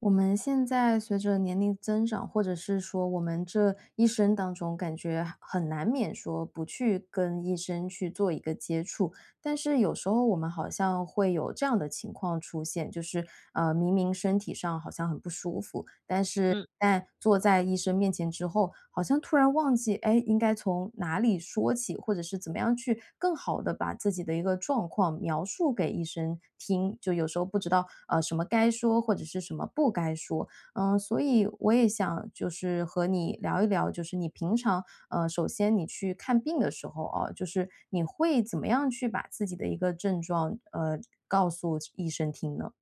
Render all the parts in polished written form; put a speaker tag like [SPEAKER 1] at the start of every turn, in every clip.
[SPEAKER 1] 我们现在随着年龄增长，或者是说我们这一生当中，感觉很难免说不去跟医生去做一个接触。但是有时候我们好像会有这样的情况出现，就是明明身体上好像很不舒服，但是
[SPEAKER 2] 嗯
[SPEAKER 1] 但坐在医生面前之后，好像突然忘记，哎，应该从哪里说起，或者是怎么样去更好的把自己的一个状况描述给医生听，就有时候不知道什么该说，或者是什么不该说，嗯，所以我也想就是和你聊一聊，就是你平常首先你去看病的时候啊，就是你会怎么样去把自己的一个症状，告诉医生听呢？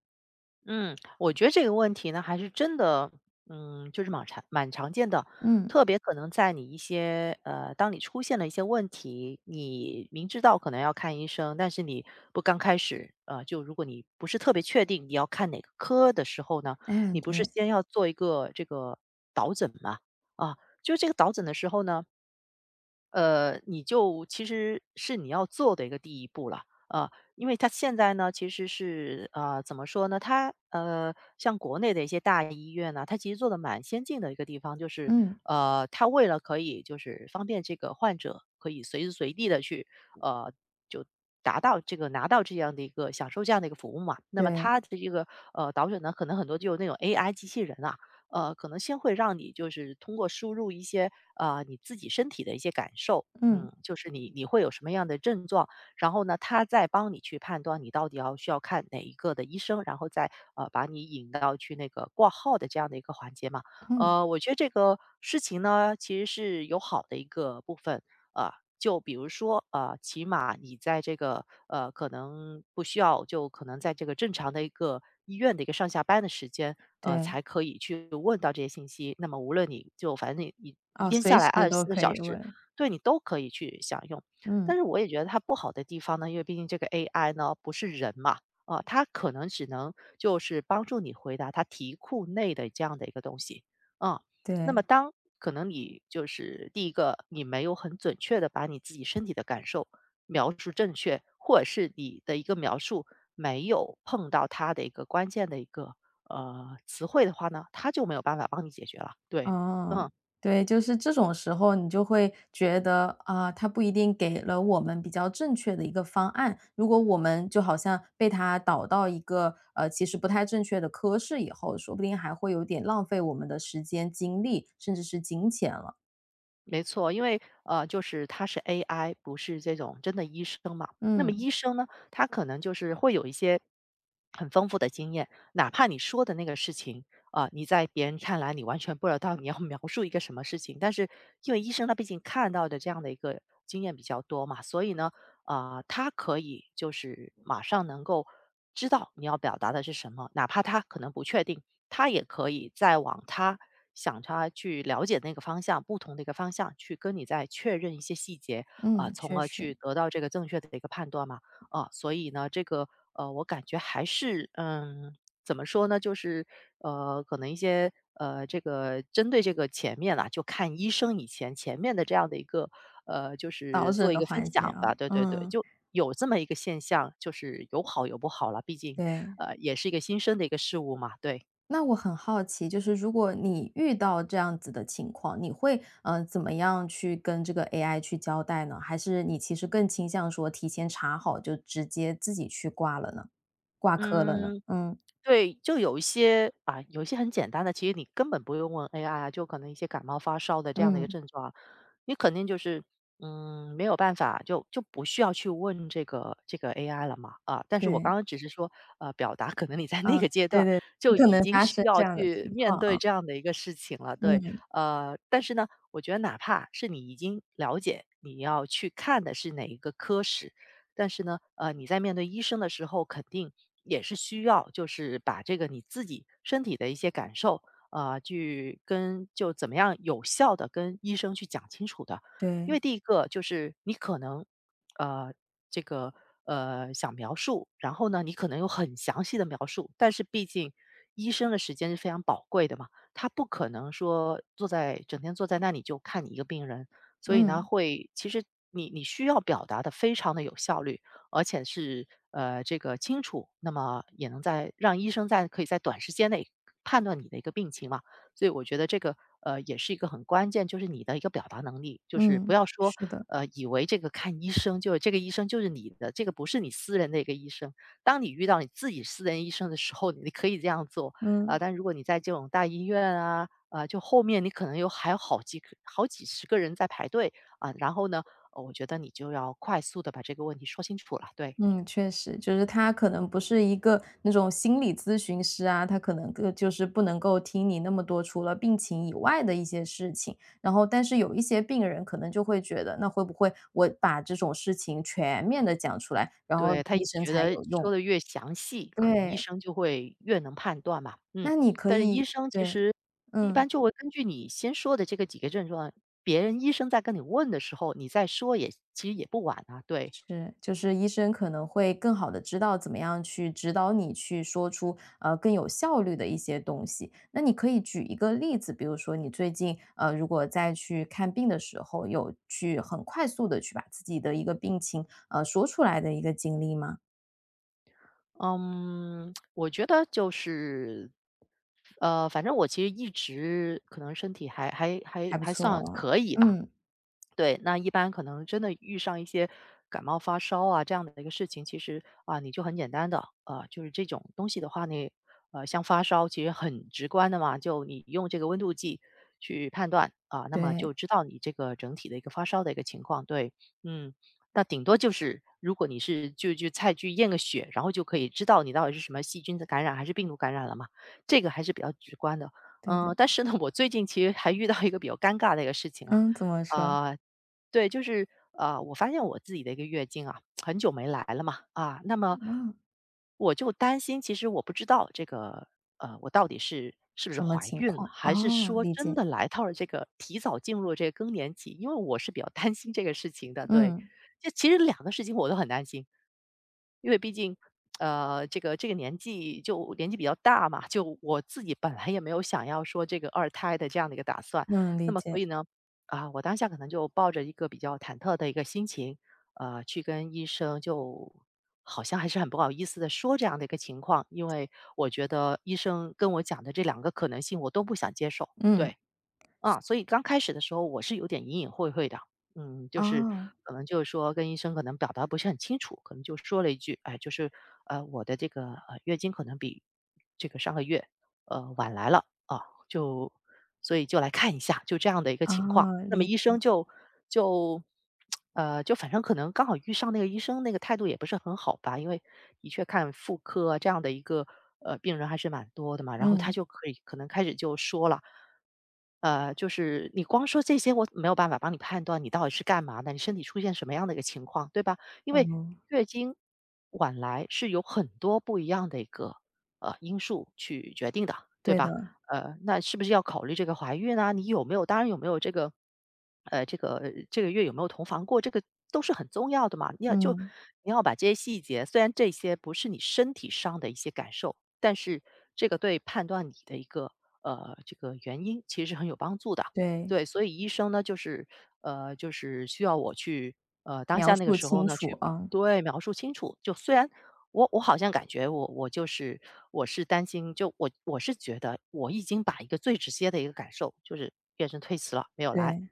[SPEAKER 2] 嗯，我觉得这个问题呢，还是真的，就是蛮常见的，
[SPEAKER 1] 嗯，
[SPEAKER 2] 特别可能在你一些当你出现了一些问题，你明知道可能要看医生，但是你不刚开始，呃，就如果你不是特别确定你要看哪个科的时候呢，
[SPEAKER 1] 哎，
[SPEAKER 2] 你不是
[SPEAKER 1] 对，
[SPEAKER 2] 先要做一个这个导诊嘛？啊，就这个导诊的时候呢，你就其实是你要做的一个第一步了啊，因为它现在呢，其实是怎么说呢？它像国内的一些大医院呢，它其实做的蛮先进的一个地方，就是
[SPEAKER 1] 嗯，
[SPEAKER 2] 它为了可以就是方便这个患者可以随时随地的去呃，就达到这个拿到这样的一个享受这样的一个服务嘛。那么
[SPEAKER 1] 对，
[SPEAKER 2] 它的这个导诊呢，可能很多就有那种 AI 机器人啊，可能先会让你就是通过输入一些你自己身体的一些感受，
[SPEAKER 1] 嗯，
[SPEAKER 2] 嗯，就是你会有什么样的症状，然后呢，他再帮你去判断你到底要需要看哪一个的医生，然后再把你引到去那个挂号的这样的一个环节嘛。
[SPEAKER 1] 嗯，
[SPEAKER 2] 我觉得这个事情呢，其实是有好的一个部分啊、呃就比如说，起码你在这个，可能不需要就可能在这个正常的一个医院的一个上下班的时间，
[SPEAKER 1] 对，
[SPEAKER 2] 才可以去问到这些信息。那么无论你就反正你一
[SPEAKER 1] 哦，
[SPEAKER 2] 天
[SPEAKER 1] 随
[SPEAKER 2] 下来
[SPEAKER 1] 时
[SPEAKER 2] 二十
[SPEAKER 1] 都
[SPEAKER 2] 四个
[SPEAKER 1] 可
[SPEAKER 2] 小
[SPEAKER 1] 以
[SPEAKER 2] 时，
[SPEAKER 1] 问，
[SPEAKER 2] 对，你都可以去享用。但
[SPEAKER 1] 嗯，
[SPEAKER 2] 是我也觉得它不好的地方呢，因为毕竟这个 AI 呢，不是人嘛，啊，它可能只能就是帮助你回答它题库内的这样的一个东西，嗯。那
[SPEAKER 1] 对。
[SPEAKER 2] 么当可能你就是第一个，你没有很准确的把你自己身体的感受描述正确，或者是你的一个描述没有碰到它的一个关键的一个，词汇的话呢，它就没有办法帮你解决了，对，
[SPEAKER 1] 哦，
[SPEAKER 2] 嗯。
[SPEAKER 1] 对，就是这种时候你就会觉得，啊，他不一定给了我们比较正确的一个方案。如果我们就好像被他导到一个，其实不太正确的科室以后，说不定还会有点浪费我们的时间、精力，甚至是金钱了。
[SPEAKER 2] 没错，因为就是他是 AI，不是这种真的医生嘛。那么
[SPEAKER 1] 嗯，
[SPEAKER 2] 医生呢，他可能就是会有一些很丰富的经验，哪怕你说的那个事情啊、你在别人看来你完全不知道你要描述一个什么事情，但是因为医生他毕竟看到的这样的一个经验比较多嘛，所以呢，啊，他可以就是马上能够知道你要表达的是什么，哪怕他可能不确定，他也可以再往他想他去了解那个方向，不同的一个方向去跟你再确认一些细节啊、
[SPEAKER 1] 嗯，
[SPEAKER 2] 从
[SPEAKER 1] 确
[SPEAKER 2] 而
[SPEAKER 1] 实，
[SPEAKER 2] 去得到这个正确的一个判断嘛。啊、所以呢，这个我感觉还是嗯。怎么说呢？就是，可能一些，这个针对这个前面啦，就看医生前面的这样的一个，就
[SPEAKER 1] 导
[SPEAKER 2] 是做
[SPEAKER 1] 诊
[SPEAKER 2] 一
[SPEAKER 1] 的
[SPEAKER 2] 个分
[SPEAKER 1] 环节
[SPEAKER 2] 享
[SPEAKER 1] 啊，
[SPEAKER 2] 吧。对对对，
[SPEAKER 1] 嗯，
[SPEAKER 2] 就有这么一个现象，就是有好有不好了，毕竟，
[SPEAKER 1] 对。
[SPEAKER 2] 也是一个新生的一个事物嘛，对。
[SPEAKER 1] 那我很好奇，就是如果你遇到这样子的情况，你会怎么样去跟这个 AI 去交代呢？还是你其实更倾向说提前查好，就直接自己去挂了呢？挂科了呢？
[SPEAKER 2] 嗯，
[SPEAKER 1] 嗯
[SPEAKER 2] 对，就有一些啊，有一些很简单的，其实你根本不用问 AI 啊，就可能一些感冒发烧的这样的一个
[SPEAKER 1] 嗯，
[SPEAKER 2] 症状啊，你肯定就是没有办法，就不需要去问这个 AI 了嘛啊。但是我刚
[SPEAKER 1] 对，
[SPEAKER 2] 刚只是说，表达可能你在那
[SPEAKER 1] 啊，
[SPEAKER 2] 个阶
[SPEAKER 1] 对
[SPEAKER 2] 段
[SPEAKER 1] 对，有
[SPEAKER 2] 就
[SPEAKER 1] 可
[SPEAKER 2] 已
[SPEAKER 1] 能
[SPEAKER 2] 经
[SPEAKER 1] 发
[SPEAKER 2] 需
[SPEAKER 1] 生这
[SPEAKER 2] 要
[SPEAKER 1] 样的
[SPEAKER 2] 去
[SPEAKER 1] 情
[SPEAKER 2] 面
[SPEAKER 1] 况
[SPEAKER 2] 对
[SPEAKER 1] 啊，
[SPEAKER 2] 这样的一个事情了，对，
[SPEAKER 1] 嗯，
[SPEAKER 2] 但是呢，我觉得哪怕是你已经了解你要去看的是哪一个科室，但是呢，你在面对医生的时候，肯定也是需要就是把这个你自己身体的一些感受，去跟就怎么样有效的跟医生去讲清楚的。因为
[SPEAKER 1] 对，
[SPEAKER 2] 第一个就是你可能，呃，这个，想描述，然后呢，你可能有很详细的描述，但是毕竟医生的时间是非常宝贵的嘛，他不可能说整天坐在那里就看你一个病人。所以呢，
[SPEAKER 1] 嗯
[SPEAKER 2] 会其实你需要表达的非常的有效率，而且是，这个清楚，那么也能在让医生在可以在短时间内判断你的一个病情嘛。所以我觉得这个，也是一个很关键，就是你的一个表达能力，就是不
[SPEAKER 1] 嗯，
[SPEAKER 2] 要说，
[SPEAKER 1] 是的，
[SPEAKER 2] 以为这个看医生就是这个医生就是你的，这个不是你私人的一个医生。当你遇到你自己私人医生的时候，你可以这样做，啊，
[SPEAKER 1] 嗯。
[SPEAKER 2] 但如果你在这种大医院啊，就后面你可能有还有好几个好几十个人在排队啊，然后呢，我觉得你就要快速的把这个问题说清楚了，对。
[SPEAKER 1] 嗯，确实，就是他可能不是一个那种心理咨询师啊，他可能个就是不能够听你那么多除了病情以外的一些事情。然后，但是有一些病人可能就会觉得，那会不会我把这种事情全面的讲出来，然后
[SPEAKER 2] 对，他
[SPEAKER 1] 医生
[SPEAKER 2] 觉
[SPEAKER 1] 才
[SPEAKER 2] 得
[SPEAKER 1] 有
[SPEAKER 2] 说
[SPEAKER 1] 用？
[SPEAKER 2] 的越详细，可能医
[SPEAKER 1] 对，
[SPEAKER 2] 生就会越能判断嘛，嗯。
[SPEAKER 1] 那你可
[SPEAKER 2] 但是医
[SPEAKER 1] 以
[SPEAKER 2] 生其
[SPEAKER 1] 对，
[SPEAKER 2] 实一般
[SPEAKER 1] 嗯。
[SPEAKER 2] 就会根据你先说的这个几个症状，别人医生在跟你问的时候，你再说也其实也不晚啊，对。
[SPEAKER 1] 是，就是医生可能会更好的知道怎么样去指导你去说出，更有效率的一些东西。那你可以举一个例子，比如说你最近，如果再去看病的时候，有去很快速的去把自己的一个病情，说出来的一个经历吗？
[SPEAKER 2] 嗯，我觉得就是反正我其实一直可能身体还还还
[SPEAKER 1] 还不
[SPEAKER 2] 还
[SPEAKER 1] 错
[SPEAKER 2] 算
[SPEAKER 1] 哦。
[SPEAKER 2] 可以吧。
[SPEAKER 1] 嗯，
[SPEAKER 2] 对，那一般可能真的遇上一些感冒发烧啊这样的一个事情，其实啊，你就很简单的，啊，就是这种东西的话呢，像发烧其实很直观的嘛，就你用这个温度计去判断啊，那么就
[SPEAKER 1] 对，
[SPEAKER 2] 知道你这个整体的一个发烧的一个情况。对，嗯，那顶多就是如果你是就再去验个血，然后就可以知道你到底是什么细菌的感染还是病毒感染了嘛，这个还是比较直观的。
[SPEAKER 1] 对
[SPEAKER 2] 嗯，
[SPEAKER 1] 的。
[SPEAKER 2] 但是呢，我最近其实还遇到一个比较尴尬的一个事情啊。
[SPEAKER 1] 嗯，怎么说？
[SPEAKER 2] 啊、呃对，就是我发现我自己的一个月经啊，很久没来了嘛，啊，那么
[SPEAKER 1] 嗯，
[SPEAKER 2] 我就担心，其实我不知道这个我到底是不是
[SPEAKER 1] 什么
[SPEAKER 2] 怀
[SPEAKER 1] 情
[SPEAKER 2] 孕了，
[SPEAKER 1] 况？
[SPEAKER 2] 还是
[SPEAKER 1] 哦，
[SPEAKER 2] 说
[SPEAKER 1] 理
[SPEAKER 2] 真
[SPEAKER 1] 解。
[SPEAKER 2] 的来到了这个提早进入了这个更年期，因为我是比较担心这个事情的。对，
[SPEAKER 1] 嗯，
[SPEAKER 2] 这其实两个事情我都很担心，因为毕竟。这个年纪就年纪比较大嘛，就我自己本来也没有想要说这个二胎的这样的一个打算，
[SPEAKER 1] 嗯，
[SPEAKER 2] 那
[SPEAKER 1] 理
[SPEAKER 2] 么所
[SPEAKER 1] 解。
[SPEAKER 2] 以呢，啊，我当下可能就抱着一个比较忐忑的一个心情，去跟医生就好像还是很不好意思的说这样的一个情况，因为我觉得医生跟我讲的这两个可能性我都不想接受。
[SPEAKER 1] 嗯，
[SPEAKER 2] 对，啊，所以刚开始的时候我是有点隐隐晦晦的，就是
[SPEAKER 1] 哦，
[SPEAKER 2] 可能就是说跟医生可能表达不是很清楚，可能就说了一句，哎，就是我的这个月经可能比这个上个月晚来了啊，就所以就来看一下，就这样的一个情况。
[SPEAKER 1] 哦，
[SPEAKER 2] 那么
[SPEAKER 1] 理
[SPEAKER 2] 医
[SPEAKER 1] 解。
[SPEAKER 2] 生就就就反正可能刚好遇上那个医生那个态度也不是很好吧，因为的确看妇科啊这样的一个病人还是蛮多的嘛，然后他
[SPEAKER 1] 嗯，
[SPEAKER 2] 就可能开始就说了。就是你光说这些，我没有办法帮你判断你到底是干嘛的，你身体出现什么样的一个情况，对吧？因为
[SPEAKER 1] 哦。
[SPEAKER 2] 月经晚来是有很多不一样的一个因素去决定的，对
[SPEAKER 1] 对
[SPEAKER 2] 吧？
[SPEAKER 1] 的，
[SPEAKER 2] 那是不是要考虑这个怀孕啊？你有没有当然有没有这个，这个这个月有没有同房过，这个都是很重要的嘛。你要就
[SPEAKER 1] 嗯，
[SPEAKER 2] 你要把这些细节，虽然这些不是你身体上的一些感受，但是这个对判断你的一个这个原因其实是很有帮助的。
[SPEAKER 1] 对，
[SPEAKER 2] 对，所以医生呢，就是就是需要我去当
[SPEAKER 1] 描
[SPEAKER 2] 下那个
[SPEAKER 1] 述
[SPEAKER 2] 时候
[SPEAKER 1] 清
[SPEAKER 2] 呢，去
[SPEAKER 1] 楚啊，
[SPEAKER 2] 对描述清楚。就虽然我好像感觉我就是我是担心，就我是觉得我已经把一个最直接的一个感受，就是变成推辞了，没有来，
[SPEAKER 1] 对，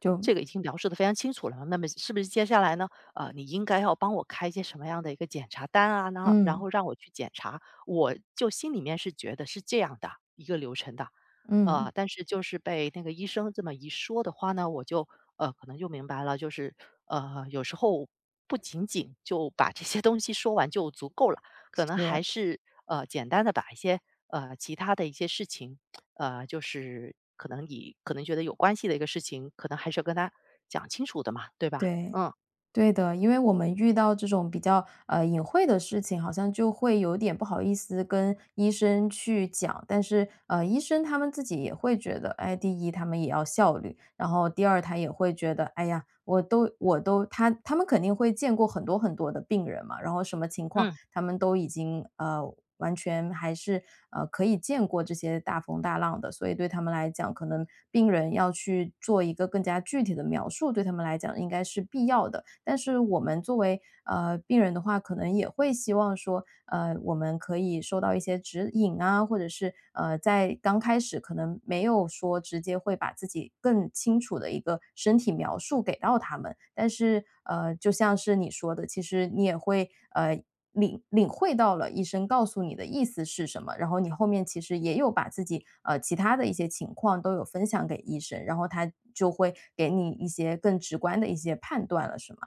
[SPEAKER 1] 就
[SPEAKER 2] 这个已经描述的非常清楚了嘛。那么是不是接下来呢？你应该要帮我开一些什么样的一个检查单啊？然后然
[SPEAKER 1] 嗯，
[SPEAKER 2] 后让我去检查，我就心里面是觉得是这样的一个流程的。
[SPEAKER 1] 嗯，
[SPEAKER 2] 但是就是被那个医生这么一说的话呢，我就可能就明白了，就是有时候不仅仅就把这些东西说完就足够了，可能还
[SPEAKER 1] 是，
[SPEAKER 2] 是简单的把一些其他的一些事情，就是可能你可能觉得有关系的一个事情，可能还是要跟他讲清楚的嘛，对吧？
[SPEAKER 1] 对，
[SPEAKER 2] 嗯
[SPEAKER 1] 对的。因为我们遇到这种比较，隐晦的事情，好像就会有点不好意思跟医生去讲，但是，医生他们自己也会觉得，哎，第一他们也要效率，然后第二他也会觉得，哎呀，我都他们肯定会见过很多很多的病人嘛，然后什么情况
[SPEAKER 2] 嗯。
[SPEAKER 1] 他们都已经，完全还是可以见过这些大风大浪的，所以对他们来讲，可能病人要去做一个更加具体的描述，对他们来讲应该是必要的。但是我们作为病人的话，可能也会希望说，我们可以收到一些指引啊，或者是在刚开始可能没有说直接会把自己更清楚的一个身体描述给到他们，但是就像是你说的，其实你也会领会到了医生告诉你的意思是什么，然后你后面其实也有把自己，其他的一些情况都有分享给医生，然后他就会给你一些更直观的一些判断了，是吗？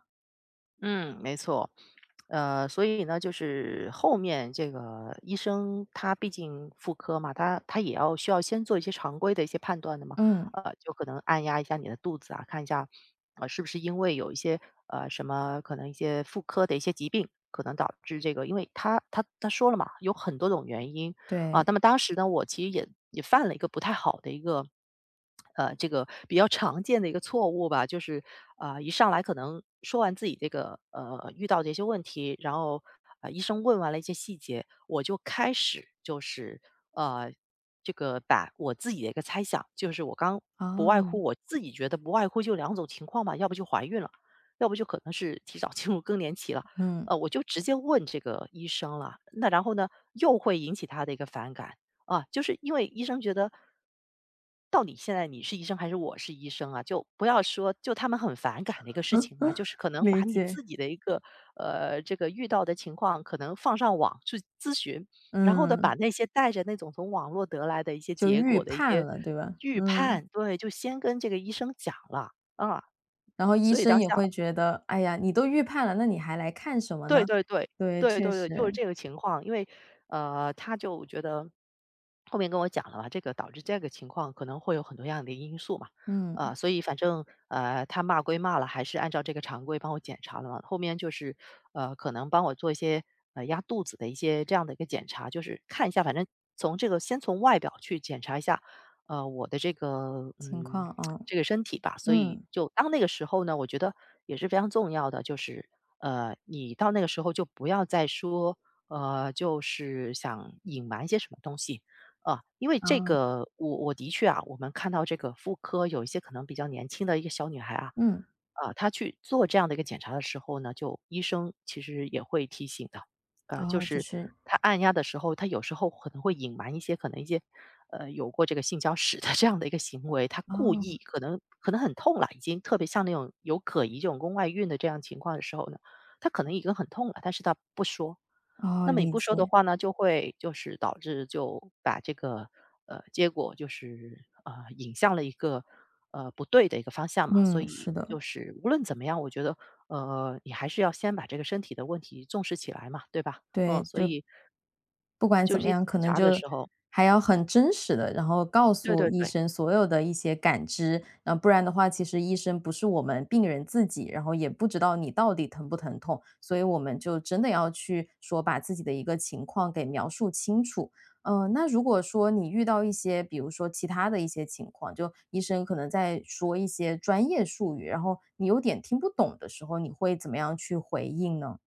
[SPEAKER 2] 嗯，没错。所以呢，就是后面这个医生他毕竟妇科嘛，他也要需要先做一些常规的一些判断的嘛，
[SPEAKER 1] 嗯，
[SPEAKER 2] 就可能按压一下你的肚子啊，看一下，是不是因为有一些什么可能一些妇科的一些疾病，可能导致这个，因为他说了嘛，有很多种原因，啊，
[SPEAKER 1] 对，
[SPEAKER 2] 那么当时呢，我其实也犯了一个不太好的一个，这个比较常见的一个错误吧，就是啊、一上来可能说完自己这个遇到的一些问题，然后啊、医生问完了一些细节，我就开始就是呃这个把我自己的一个猜想，就是我刚不外
[SPEAKER 1] 哦，
[SPEAKER 2] 乎我自己觉得不外乎就两种情况吧，要不就怀孕了，要不就可能是提早进入更年期了。
[SPEAKER 1] 嗯，
[SPEAKER 2] 我就直接问这个医生了。那然后呢，又会引起他的一个反感啊，就是因为医生觉得，到底现在你是医生还是我是医生啊？就不要说，就他们很反感的一个事情啊，就是可能把
[SPEAKER 1] 理
[SPEAKER 2] 你自
[SPEAKER 1] 解，
[SPEAKER 2] 己的一个这个遇到的情况，可能放上网去咨询，然后呢，把
[SPEAKER 1] 嗯，
[SPEAKER 2] 那些带着那种从网络得来的一些
[SPEAKER 1] 就
[SPEAKER 2] 结
[SPEAKER 1] 预
[SPEAKER 2] 果的一
[SPEAKER 1] 判
[SPEAKER 2] 些
[SPEAKER 1] 了，对吧？
[SPEAKER 2] 预
[SPEAKER 1] 嗯，
[SPEAKER 2] 判，对，就先跟这个医生讲了啊，
[SPEAKER 1] 然后医
[SPEAKER 2] 所以
[SPEAKER 1] 生
[SPEAKER 2] 当
[SPEAKER 1] 也
[SPEAKER 2] 下
[SPEAKER 1] 会觉得，哎呀，你都预判了，那你还来看什么
[SPEAKER 2] 对
[SPEAKER 1] 呢？
[SPEAKER 2] 对对，
[SPEAKER 1] 对，
[SPEAKER 2] 对
[SPEAKER 1] 确
[SPEAKER 2] 对对，就是
[SPEAKER 1] 实，
[SPEAKER 2] 这个情况。因为，他就觉得后面跟我讲了嘛，这个导致这个情况可能会有很多样的因素嘛，
[SPEAKER 1] 嗯，
[SPEAKER 2] 所以反正，他骂归骂了，还是按照这个常规帮我检查了嘛。后面就是，可能帮我做一些，压肚子的一些这样的一个检查，就是看一下，反正从这个先从外表去检查一下，我的这个，
[SPEAKER 1] 情
[SPEAKER 2] 嗯，
[SPEAKER 1] 况，哦，
[SPEAKER 2] 这个身体吧。所以
[SPEAKER 1] 嗯，
[SPEAKER 2] 就当那个时候呢，我觉得也是非常重要的，就是你到那个时候就不要再说，就是想隐瞒一些什么东西。啊，因为这
[SPEAKER 1] 啊，
[SPEAKER 2] 个，我的确啊，我们看到这个妇科有一些可能比较年轻的一个小女孩啊，
[SPEAKER 1] 嗯，
[SPEAKER 2] 啊，她去做这样的一个检查的时候呢，就医生其实也会提醒的，就
[SPEAKER 1] 哦，就
[SPEAKER 2] 是
[SPEAKER 1] 是，
[SPEAKER 2] 她按压的时候，她有时候可能会隐瞒一些可能一些，有过这个性交史的这样的一个行为，她故
[SPEAKER 1] 哦。
[SPEAKER 2] 意可能很痛了，已经特别像那种有可疑这种宫外孕的这样情况的时候呢，他可能已经很痛了，但是他不说。
[SPEAKER 1] 哦，
[SPEAKER 2] 那么你
[SPEAKER 1] 理
[SPEAKER 2] 不说的
[SPEAKER 1] 解。
[SPEAKER 2] 话呢，就会就是导致就把这个结果就是引向了一个不对的一个方向嘛。所
[SPEAKER 1] 嗯，
[SPEAKER 2] 以
[SPEAKER 1] 是的，
[SPEAKER 2] 就是无论怎么样，我觉得你还是要先把这个身体的问题重视起来嘛，对吧？嗯，
[SPEAKER 1] 对，
[SPEAKER 2] 所
[SPEAKER 1] 就
[SPEAKER 2] 以
[SPEAKER 1] 不管
[SPEAKER 2] 就
[SPEAKER 1] 怎
[SPEAKER 2] 这
[SPEAKER 1] 么
[SPEAKER 2] 些检
[SPEAKER 1] 样，可能
[SPEAKER 2] 查的
[SPEAKER 1] 就
[SPEAKER 2] 时候，
[SPEAKER 1] 还要很真实的，然后告
[SPEAKER 2] 对
[SPEAKER 1] 诉
[SPEAKER 2] 对
[SPEAKER 1] 医
[SPEAKER 2] 对，
[SPEAKER 1] 生所有的一些感知，嗯，不然的话，其实医生不是我们病人自己，然后也不知道你到底疼不疼痛，所以我们就真的要去说把自己的一个情况给描述清楚。那如果说你遇到一些，比如说其他的一些情况，就医生可能在说一些专业术语，然后你有点听不懂的时候，你会怎么样去回应呢？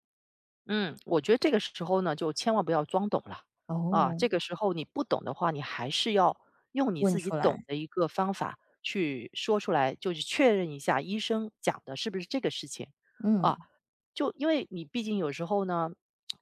[SPEAKER 2] 嗯，我觉得这个时候呢，就千万不要装懂了啊！
[SPEAKER 1] 哦，
[SPEAKER 2] 这个时候你不懂的话，你还是要用你
[SPEAKER 1] 问
[SPEAKER 2] 自己
[SPEAKER 1] 出
[SPEAKER 2] 懂
[SPEAKER 1] 来，
[SPEAKER 2] 的一个方法去说出来，就是确认一下医生讲的是不是这个事情啊。
[SPEAKER 1] 嗯，
[SPEAKER 2] 就因为你毕竟有时候呢，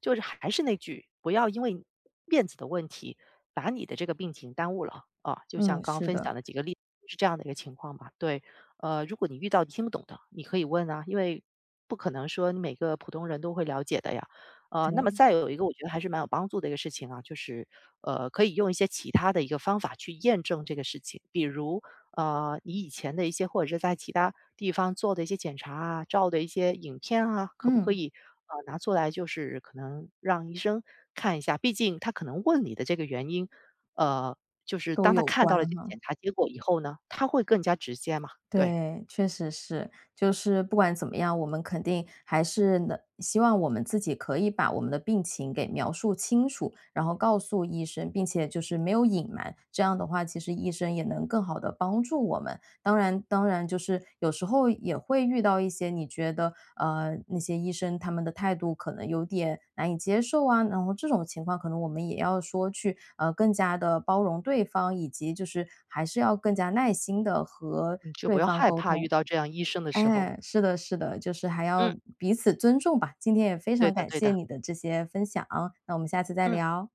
[SPEAKER 2] 就是还是那句，不要因为面子的问题把你的这个病情耽误了啊。就像
[SPEAKER 1] 嗯，
[SPEAKER 2] 刚刚
[SPEAKER 1] 是
[SPEAKER 2] 分享
[SPEAKER 1] 的，
[SPEAKER 2] 的几个例子是这样的一个情况吧？对。如果你遇到你听不懂的，你可以问啊，因为不可能说你每个普通人都会了解的呀。那么
[SPEAKER 1] 对，
[SPEAKER 2] 再有一个，我觉得还是蛮有帮助的一个事情啊，就是可以用一些其他的一个方法去验证这个事情，比如你以前的一些或者是在其他地方做的一些检查啊、照的一些影片啊，可不可
[SPEAKER 1] 嗯，
[SPEAKER 2] 以拿出来，就是可能让医生看一下，毕竟他可能问你的这个原因，呃，就是
[SPEAKER 1] 都
[SPEAKER 2] 当他
[SPEAKER 1] 有
[SPEAKER 2] 看到了
[SPEAKER 1] 关
[SPEAKER 2] 这个
[SPEAKER 1] 哈。
[SPEAKER 2] 检查结果以后呢，他会更加直接嘛。对，
[SPEAKER 1] 对，确实是，就是不管怎么样，我们肯定还是能希望我们自己可以把我们的病情给描述清楚，然后告诉医生，并且就是没有隐瞒，这样的话，其实医生也能更好的帮助我们。当然当然，就是有时候也会遇到一些你觉得，那些医生他们的态度可能有点难以接受啊，然后这种情况可能我们也要说去，更加的包容对方，以及就是还是要更加耐心的和
[SPEAKER 2] 你就不
[SPEAKER 1] 对
[SPEAKER 2] 要
[SPEAKER 1] 方
[SPEAKER 2] 害
[SPEAKER 1] 沟
[SPEAKER 2] 怕遇
[SPEAKER 1] 通。
[SPEAKER 2] 到这样医生的时候。
[SPEAKER 1] 哎，是的是的，就是还
[SPEAKER 2] 嗯，
[SPEAKER 1] 要彼此尊重吧。今天也非
[SPEAKER 2] 对
[SPEAKER 1] 常
[SPEAKER 2] 的
[SPEAKER 1] 感
[SPEAKER 2] 对
[SPEAKER 1] 谢
[SPEAKER 2] 的。
[SPEAKER 1] 你的这些分享，那我们下次再
[SPEAKER 2] 嗯，
[SPEAKER 1] 聊，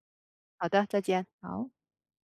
[SPEAKER 2] 好的，再见。
[SPEAKER 1] 好。